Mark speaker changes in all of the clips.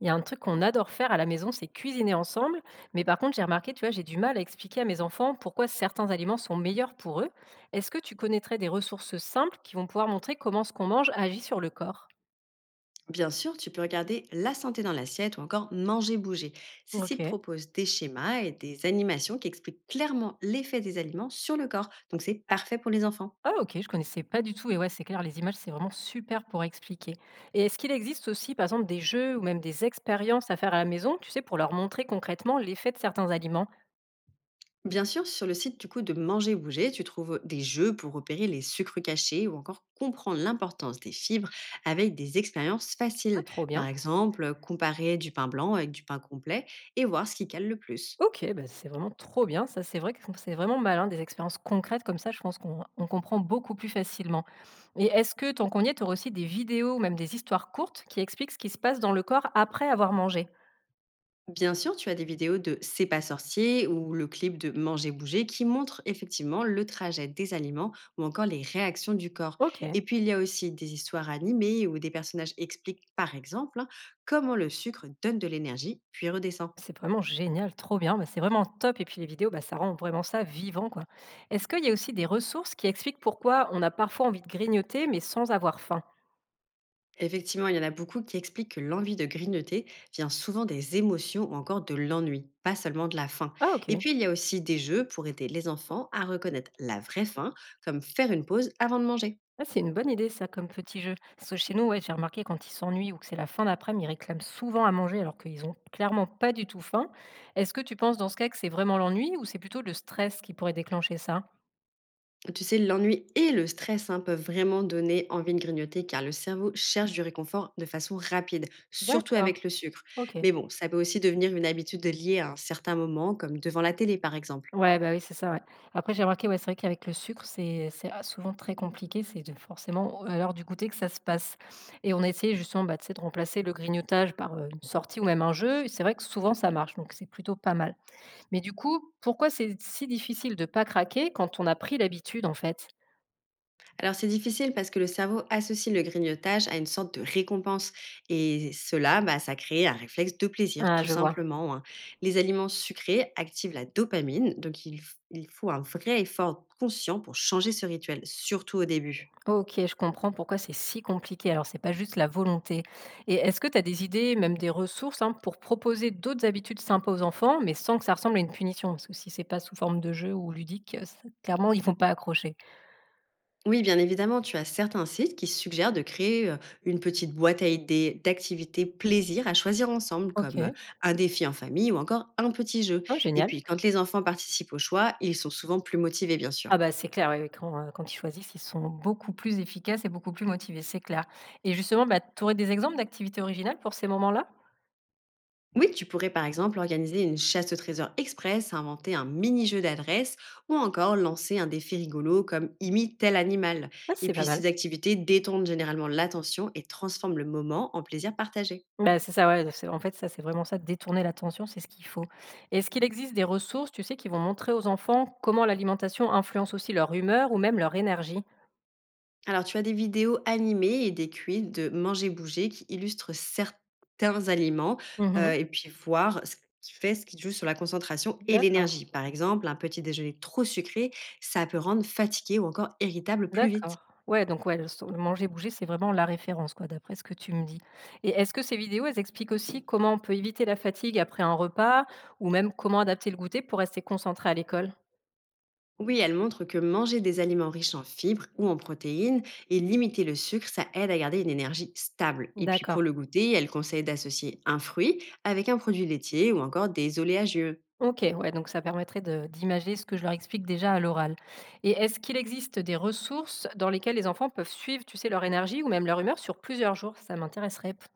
Speaker 1: Il y a un truc qu'on adore faire à la maison, c'est cuisiner ensemble. Mais par contre, j'ai remarqué, tu vois, j'ai du mal à expliquer à mes enfants pourquoi certains aliments sont meilleurs pour eux. Est-ce que tu connaîtrais des ressources simples qui vont pouvoir montrer comment ce qu'on mange agit sur le corps?
Speaker 2: Bien sûr, tu peux regarder La santé dans l'assiette ou encore Manger, bouger. Ces
Speaker 1: Ok.
Speaker 2: sites proposent des schémas et des animations qui expliquent clairement l'effet des aliments sur le corps, donc c'est parfait pour les enfants.
Speaker 1: Ah ok, je connaissais pas du tout. Et ouais, c'est clair, les images, c'est vraiment super pour expliquer. Et est-ce qu'il existe aussi, par exemple, des jeux ou même des expériences à faire à la maison, tu sais, pour leur montrer concrètement l'effet de certains aliments?
Speaker 2: Bien sûr, sur le site du coup de Manger, bouger, tu trouves des jeux pour repérer les sucres cachés ou encore comprendre l'importance des fibres avec des expériences
Speaker 1: Ah,
Speaker 2: faciles.
Speaker 1: trop
Speaker 2: Par
Speaker 1: bien.
Speaker 2: exemple, comparer du pain blanc avec du pain complet et voir ce qui cale le plus.
Speaker 1: OK, bah, c'est vraiment trop bien. Ça, c'est vrai que c'est vraiment malin, des expériences concrètes comme ça, je pense qu'on on comprend beaucoup plus facilement. Et est-ce que, tant qu'on y est, tu aurais aussi des vidéos ou même des histoires courtes qui expliquent ce qui se passe dans le corps après avoir mangé?
Speaker 2: Bien sûr, tu as des vidéos de C'est pas sorcier ou le clip de Manger bouger qui montrent effectivement le trajet des aliments ou encore les réactions du corps.
Speaker 1: OK,
Speaker 2: Et puis il y a aussi des histoires animées où des personnages expliquent, par exemple, hein, comment le sucre donne de l'énergie puis redescend.
Speaker 1: c'est vraiment génial, trop bien. Bah, c'est vraiment top. Et puis les vidéos, bah, ça rend vraiment ça vivant, quoi. Est-ce qu'il y a aussi des ressources qui expliquent pourquoi on a parfois envie de grignoter, mais sans avoir faim?
Speaker 2: Effectivement, il y en a beaucoup qui expliquent que l'envie de grignoter vient souvent des émotions ou encore de l'ennui, pas seulement de la faim.
Speaker 1: Ah,
Speaker 2: Et
Speaker 1: OK.
Speaker 2: puis il y a aussi des jeux pour aider les enfants à reconnaître la vraie faim, comme faire une pause avant de manger.
Speaker 1: Ah, c'est une bonne idée ça comme petit jeu. Parce que chez nous, ouais, j'ai remarqué quand ils s'ennuient ou que c'est la fin d'après-midi, ils réclament souvent à manger alors qu'ils ont clairement pas du tout faim. Est-ce que tu penses dans ce cas que c'est vraiment l'ennui ou c'est plutôt le stress qui pourrait déclencher ça?
Speaker 2: Tu sais, l'ennui et le stress, hein, peuvent vraiment donner envie de grignoter car le cerveau cherche du réconfort de façon rapide, surtout
Speaker 1: D'accord,
Speaker 2: avec le sucre.
Speaker 1: ok.
Speaker 2: Mais bon, ça peut aussi devenir une habitude liée à un certain moment, comme devant la télé par exemple.
Speaker 1: Ouais, bah oui, c'est ça, ouais. Après, j'ai remarqué, ouais, c'est vrai qu'avec le sucre, c'est ah, souvent très compliqué. C'est forcément à l'heure du goûter que ça se passe. Et on a essayé justement bah, tu sais, de remplacer le grignotage par une sortie ou même un jeu. Et c'est vrai que souvent, ça marche, donc c'est plutôt pas mal. Mais du coup, pourquoi c'est si difficile de pas craquer quand on a pris l'habitude, en fait?
Speaker 2: Alors c'est difficile parce que le cerveau associe le grignotage à une sorte de récompense et cela, bah, ça crée un réflexe de plaisir,
Speaker 1: Ah,
Speaker 2: tout
Speaker 1: je vois.
Speaker 2: simplement, hein. Les aliments sucrés activent la dopamine, donc il, il faut un vrai effort conscient pour changer ce rituel, surtout au début.
Speaker 1: OK, je comprends pourquoi c'est si compliqué. Alors, c'est pas juste la volonté. Et est-ce que tu as des idées, même des ressources, hein, pour proposer d'autres habitudes sympas aux enfants, mais sans que ça ressemble à une punition? Parce que si c'est pas sous forme de jeu ou ludique, ça clairement, ils vont pas accrocher.
Speaker 2: Oui, bien évidemment, tu as certains sites qui suggèrent de créer une petite boîte à idées d'activités plaisir à choisir ensemble, comme
Speaker 1: OK.
Speaker 2: un défi en famille ou encore un petit jeu.
Speaker 1: Ah,
Speaker 2: Et
Speaker 1: génial.
Speaker 2: puis, quand les enfants participent au choix, ils sont souvent plus motivés, bien sûr.
Speaker 1: Ah bah, c'est clair, oui, oui, quand, quand ils choisissent, ils sont beaucoup plus efficaces et beaucoup plus motivés, c'est clair. Et justement, bah, tu aurais des exemples d'activités originales pour ces moments-là?
Speaker 2: Oui, tu pourrais par exemple organiser une chasse au trésor express, inventer un mini-jeu d'adresse ou encore lancer un défi rigolo comme imite tel animal.
Speaker 1: Ah,
Speaker 2: Et
Speaker 1: c'est pas
Speaker 2: puis ces
Speaker 1: mal.
Speaker 2: activités détendent généralement l'attention et transforment le moment en plaisir partagé.
Speaker 1: Bah, c'est ça, ouais, c'est en fait, ça, c'est vraiment ça, détourner l'attention, c'est ce qu'il faut. Est-ce qu'il existe des ressources, tu sais, qui vont montrer aux enfants comment l'alimentation influence aussi leur humeur ou même leur énergie?
Speaker 2: Alors, tu as des vidéos animées et des quiz de manger bouger qui illustrent certains aliments
Speaker 1: Mmh.
Speaker 2: et puis voir ce qui joue sur la concentration et
Speaker 1: D'accord,
Speaker 2: l'énergie. Par exemple, un petit déjeuner trop sucré, ça peut rendre fatigué ou encore irritable plus vite.
Speaker 1: d'accord. Ouais, donc ouais, le manger, bouger, c'est vraiment la référence, quoi, d'après ce que tu me dis. Et est-ce que ces vidéos, elles expliquent aussi comment on peut éviter la fatigue après un repas ou même comment adapter le goûter pour rester concentré à l'école?
Speaker 2: Oui, elle montre que manger des aliments riches en fibres ou en protéines et limiter le sucre, ça aide à garder une énergie stable. Et puis pour
Speaker 1: D'accord.
Speaker 2: le goûter, elle conseille d'associer un fruit avec un produit laitier ou encore des oléagieux.
Speaker 1: OK, ouais, donc ça permettrait de d'imager ce que je leur explique déjà à l'oral. Et est-ce qu'il existe des ressources dans lesquelles les enfants peuvent suivre, tu sais, leur énergie ou même leur humeur sur plusieurs jours? Ça m'intéresserait.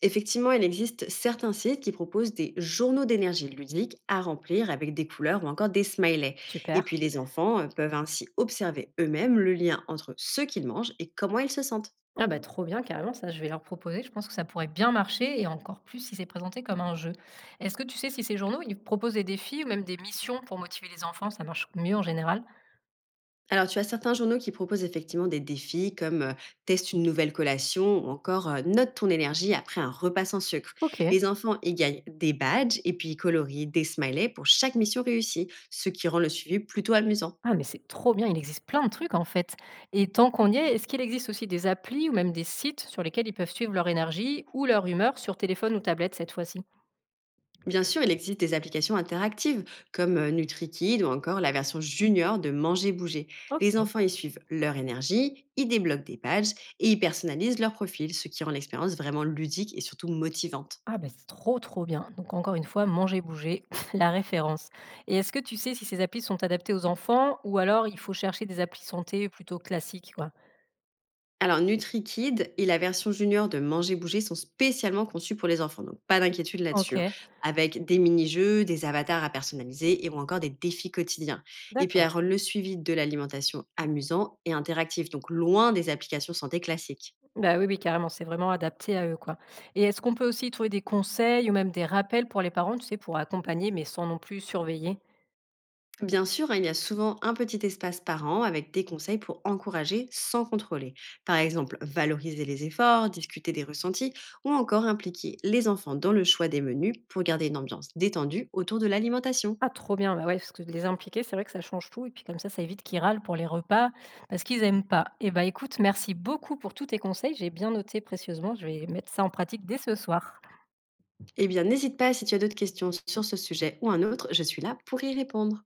Speaker 2: Effectivement, il existe certains sites qui proposent des journaux d'énergie ludique à remplir avec des couleurs ou encore des smileys. Et
Speaker 1: Super.
Speaker 2: puis les enfants peuvent ainsi observer eux-mêmes le lien entre ce qu'ils mangent et comment ils se sentent.
Speaker 1: Ah bah trop bien, carrément, ça je vais leur proposer. Je pense que ça pourrait bien marcher et encore plus si c'est présenté comme un jeu. Est-ce que tu sais si ces journaux, ils proposent des défis ou même des missions pour motiver les enfants? Ça marche mieux en général.
Speaker 2: Alors tu as certains journaux qui proposent effectivement des défis comme teste une nouvelle collation ou encore note ton énergie après un repas sans sucre.
Speaker 1: Ok.
Speaker 2: Les enfants y gagnent des badges et puis ils colorient des smileys pour chaque mission réussie, ce qui rend le suivi plutôt amusant.
Speaker 1: Ah mais c'est trop bien, il existe plein de trucs en fait. Et tant qu'on y est, est-ce qu'il existe aussi des applis ou même des sites sur lesquels ils peuvent suivre leur énergie ou leur humeur sur téléphone ou tablette cette fois-ci?
Speaker 2: Bien sûr, il existe des applications interactives comme NutriKid ou encore la version junior de Manger Bouger. Les
Speaker 1: OK.
Speaker 2: enfants y suivent leur énergie, y débloquent des pages et y personnalisent leur profil, ce qui rend l'expérience vraiment ludique et surtout motivante.
Speaker 1: Ah ben c'est trop trop bien. Donc encore une fois, manger, bouger, la référence. Et est-ce que tu sais si ces applis sont adaptées aux enfants ou alors il faut chercher des applis santé plutôt classiques quoi?
Speaker 2: Alors NutriKid et la version junior de Manger Bouger sont spécialement conçues pour les enfants, donc pas d'inquiétude là-dessus, hein,
Speaker 1: OK,
Speaker 2: avec des mini-jeux, des avatars à personnaliser et ou encore des défis quotidiens. Et puis elles
Speaker 1: d'accord.
Speaker 2: rendent le suivi de l'alimentation amusant et interactif, donc loin des applications santé classiques.
Speaker 1: Bah oui, oui, carrément, c'est vraiment adapté à eux quoi. Et est-ce qu'on peut aussi trouver des conseils ou même des rappels pour les parents, tu sais, pour accompagner mais sans non plus surveiller?
Speaker 2: Bien sûr, hein, il y a souvent un petit espace par an avec des conseils pour encourager sans contrôler. Par exemple, valoriser les efforts, discuter des ressentis ou encore impliquer les enfants dans le choix des menus pour garder une ambiance détendue autour de l'alimentation.
Speaker 1: Ah trop bien, bah, ouais, parce que de les impliquer, c'est vrai que ça change tout et puis comme ça évite qu'ils râlent pour les repas parce qu'ils aiment pas. Et bah, écoute, merci beaucoup pour tous tes conseils, j'ai bien noté précieusement, je vais mettre ça en pratique dès ce soir.
Speaker 2: Eh bien, n'hésite pas si tu as d'autres questions sur ce sujet ou un autre, je suis là pour y répondre.